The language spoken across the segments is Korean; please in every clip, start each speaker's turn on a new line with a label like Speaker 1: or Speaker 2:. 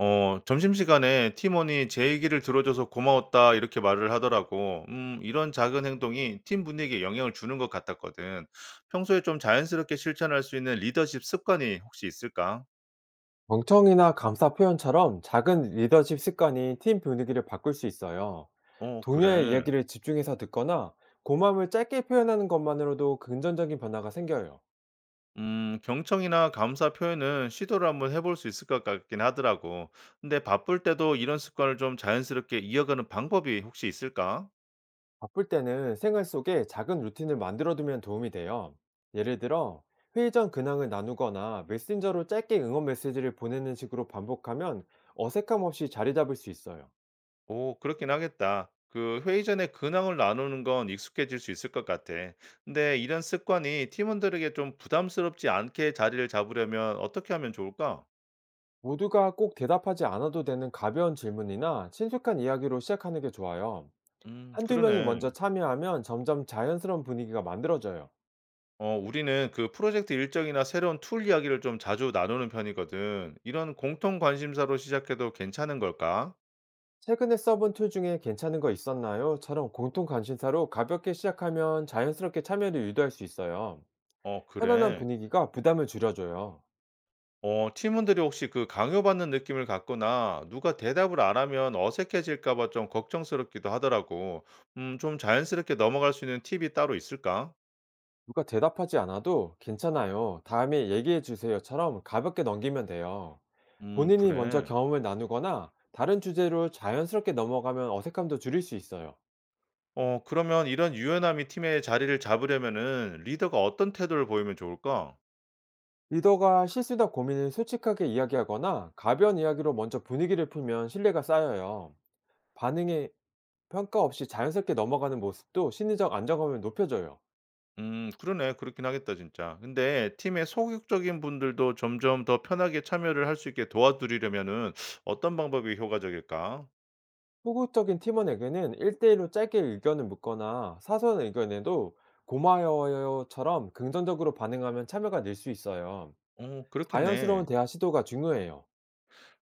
Speaker 1: 어, 점심시간에 팀원이 "제 얘기를 들어줘서 고마웠다." 이렇게 말을 하더라고. 이런 작은 행동이 팀 분위기에 영향을 주는 것 같았거든. 평소에 좀 자연스럽게 실천할 수 있는 리더십 습관이 혹시 있을까?
Speaker 2: 경청이나 감사 표현처럼 작은 리더십 습관이 팀 분위기를 바꿀 수 있어요.
Speaker 1: 어,
Speaker 2: 동료의
Speaker 1: 그래.
Speaker 2: 이야기를 집중해서 듣거나 고마움을 짧게 표현하는 것만으로도 긍정적인 변화가 생겨요.
Speaker 1: 경청이나 감사 표현은 시도를 한번 해볼 수 있을 것 같긴 하더라고. 근데 바쁠 때도 이런 습관을 좀 자연스럽게 이어가는 방법이 혹시 있을까?
Speaker 2: 바쁠 때는 생활 속에 작은 루틴을 만들어두면 도움이 돼요. 예를 들어 회의 전 근황을 나누거나 메신저로 짧게 응원 메시지를 보내는 식으로 반복하면 어색함 없이 자리 잡을 수 있어요.
Speaker 1: 오, 그렇긴 하겠다. 그 회의 전에 근황을 나누는 건 익숙해질 수 있을 것 같아. 근데 이런 습관이 팀원들에게 좀 부담스럽지 않게 자리를 잡으려면 어떻게 하면 좋을까?
Speaker 2: 모두가 꼭 대답하지 않아도 되는 가벼운 질문이나 친숙한 이야기로 시작하는 게 좋아요. 한두 명이 먼저
Speaker 1: 그러네.
Speaker 2: 참여하면 점점 자연스러운 분위기가 만들어져요.
Speaker 1: 어, 우리는 그 프로젝트 일정이나 새로운 툴 이야기를 좀 자주 나누는 편이거든. 이런 공통 관심사로 시작해도 괜찮은 걸까?
Speaker 2: 최근에 써본 툴 중에 괜찮은 거 있었나요? 처럼 공통 관심사로 가볍게 시작하면 자연스럽게 참여를 유도할 수 있어요.
Speaker 1: 어,
Speaker 2: 편안한
Speaker 1: 그래.
Speaker 2: 분위기가 부담을 줄여줘요.
Speaker 1: 어, 팀원들이 혹시 그 강요받는 느낌을 갖거나 누가 대답을 안 하면 어색해질까 봐 좀 걱정스럽기도 하더라고. 좀 자연스럽게 넘어갈 수 있는 팁이 따로 있을까?
Speaker 2: 누가 대답하지 않아도 괜찮아요. 다음에 얘기해 주세요.처럼 가볍게 넘기면 돼요. 본인이 먼저
Speaker 1: 그래.
Speaker 2: 경험을 나누거나 다른 주제로 자연스럽게 넘어가면 어색함도 줄일 수 있어요.
Speaker 1: 어, 그러면 이런 유연함이 팀의 자리를 잡으려면은 리더가 어떤 태도를 보이면 좋을까?
Speaker 2: 리더가 실수나 고민을 솔직하게 이야기하거나 가벼운 이야기로 먼저 분위기를 풀면 신뢰가 쌓여요. 반응에 평가 없이 자연스럽게 넘어가는 모습도 심리적 안정감을 높여줘요.
Speaker 1: 그러네. 그렇긴 하겠다, 진짜. 근데 팀의 소극적인 분들도 점점 더 편하게 참여를 할 수 있게 도와드리려면은 어떤 방법이 효과적일까?
Speaker 2: 소극적인 팀원에게는 1대1로 짧게 의견을 묻거나 사소한 의견에도 고마워요처럼 긍정적으로 반응하면 참여가 늘 수 있어요.
Speaker 1: 어, 그렇겠네.
Speaker 2: 자연스러운 대화 시도가 중요해요.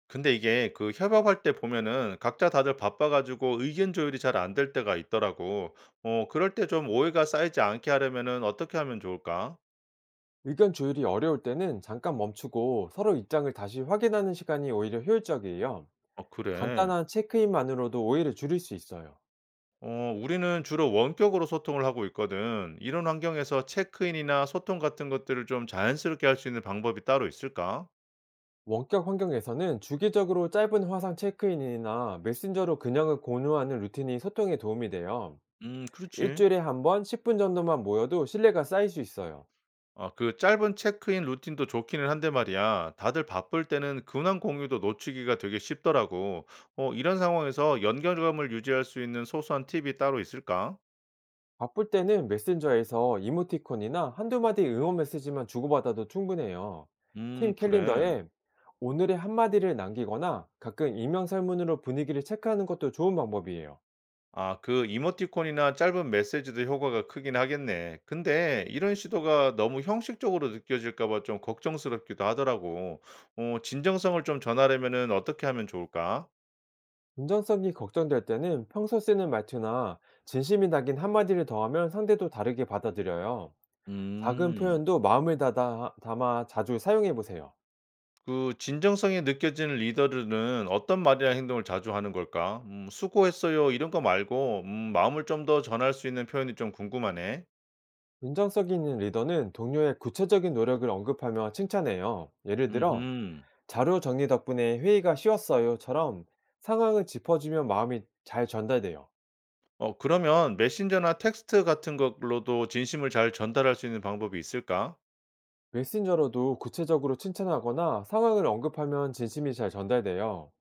Speaker 1: 근데 이게 그 협업할 때 보면은 각자 다들 바빠 가지고 의견 조율이 잘 안될 때가 있더라고. 어, 그럴 때 좀 오해가 쌓이지 않게 하려면은 어떻게 하면 좋을까?
Speaker 2: 의견 조율이 어려울 때는 잠깐 멈추고 서로 입장을 다시 확인하는 시간이 오히려 효율적이에요.
Speaker 1: 아, 그래.
Speaker 2: 간단한 체크인만으로도 오해를 줄일 수 있어요.
Speaker 1: 어, 우리는 주로 원격으로 소통을 하고 있거든. 이런 환경에서 체크인이나 소통 같은 것들을 좀 자연스럽게 할 수 있는 방법이 따로 있을까?
Speaker 2: 원격 환경에서는 주기적으로 짧은 화상 체크인이나 메신저로 근황을 공유하는 루틴이 소통에 도움이 돼요.
Speaker 1: 음, 그렇지.
Speaker 2: 일주일에 한 번 10분 정도만 모여도 신뢰가 쌓일 수 있어요.
Speaker 1: 아, 그 짧은 체크인 루틴도 좋기는 한데 말이야. 다들 바쁠 때는 근황 공유도 놓치기가 되게 쉽더라고. 어, 이런 상황에서 연결감을 유지할 수 있는 소소한 팁이 따로 있을까?
Speaker 2: 바쁠 때는 메신저에서 이모티콘이나 한두 마디 응원 메시지만 주고받아도 충분해요. 팀
Speaker 1: 그래.
Speaker 2: 캘린더에 오늘의 한마디를 남기거나 가끔 익명 설문으로 분위기를 체크하는 것도 좋은 방법이에요.
Speaker 1: 아, 그 이모티콘이나 짧은 메시지도 효과가 크긴 하겠네. 근데 이런 시도가 너무 형식적으로 느껴질까 봐 좀 걱정스럽기도 하더라고. 어, 진정성을 좀 전하려면은 어떻게 하면 좋을까?
Speaker 2: 운전성이 걱정될 때는 평소 쓰는 말투나 진심이 담긴 한마디를 더하면 상대도 다르게 받아들여요. 작은
Speaker 1: 음.
Speaker 2: 표현도 마음을 담아 자주 사용해 보세요.
Speaker 1: 그 진정성이 느껴지는 리더들은 어떤 말이나 행동을 자주 하는 걸까? 수고했어요. 이런 거 말고, 마음을 좀 더 전할 수 있는 표현이 좀 궁금하네.
Speaker 2: 운전성 있는 리더는 동료의 구체적인 노력을 언급하며 칭찬해요. 예를 들어,
Speaker 1: 음
Speaker 2: 자료 정리 덕분에 회의가 쉬웠어요처럼 상황을 짚어주면 마음이 잘 전달돼요.
Speaker 1: 어, 그러면 메신저나 텍스트 같은 걸로도 진심을 잘 전달할 수 있는 방법이 있을까?
Speaker 2: 메신저로도 구체적으로 칭찬하거나 상황을 언급하면 진심이 잘 전달돼요.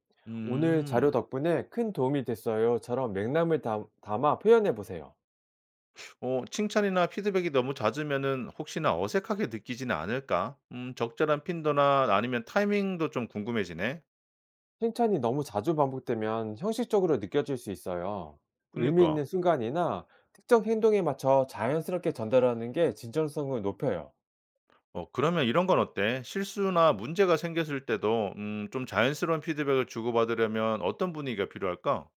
Speaker 2: 오늘 자료
Speaker 1: 음,
Speaker 2: 덕분에 큰 도움이 됐어요.처럼 맥락을 담아 표현해 보세요.
Speaker 1: 어, 칭찬이나 피드백이 너무 잦으면은 혹시나 어색하게 느끼지는 않을까? 적절한 빈도나 아니면 타이밍도 좀 궁금해지네.
Speaker 2: 칭찬이 너무 자주 반복되면 형식적으로 느껴질 수 있어요. 의미
Speaker 1: 그니까.
Speaker 2: 있는 순간이나 특정 행동에 맞춰 자연스럽게 전달하는 게 진정성을 높여요.
Speaker 1: 어, 그러면 이런 건 어때? 실수나 문제가 생겼을 때도 좀 자연스러운 피드백을 주고받으려면 어떤 분위기가 필요할까?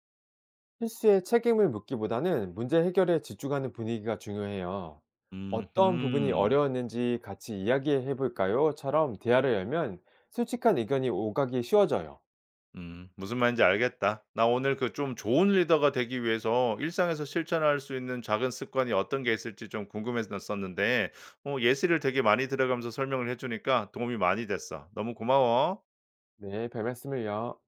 Speaker 2: 실수에 책임을 묻기보다는 문제 해결에 집중하는 분위기가 중요해요.
Speaker 1: 음음.
Speaker 2: 어떤 부분이 어려웠는지 같이 이야기해 볼까요?처럼 대화를 열면 솔직한 의견이 오가기 쉬워져요.
Speaker 1: 무슨 말인지 알겠다. 나 오늘 그 좀 좋은 리더가 되기 위해서 일상에서 실천할 수 있는 작은 습관이 어떤 게 있을지 좀 궁금했었는데 어, 예시를 되게 많이 들어가면서 설명을 해 주니까 도움이 많이 됐어. 너무 고마워.
Speaker 2: 네, 별 말씀을요.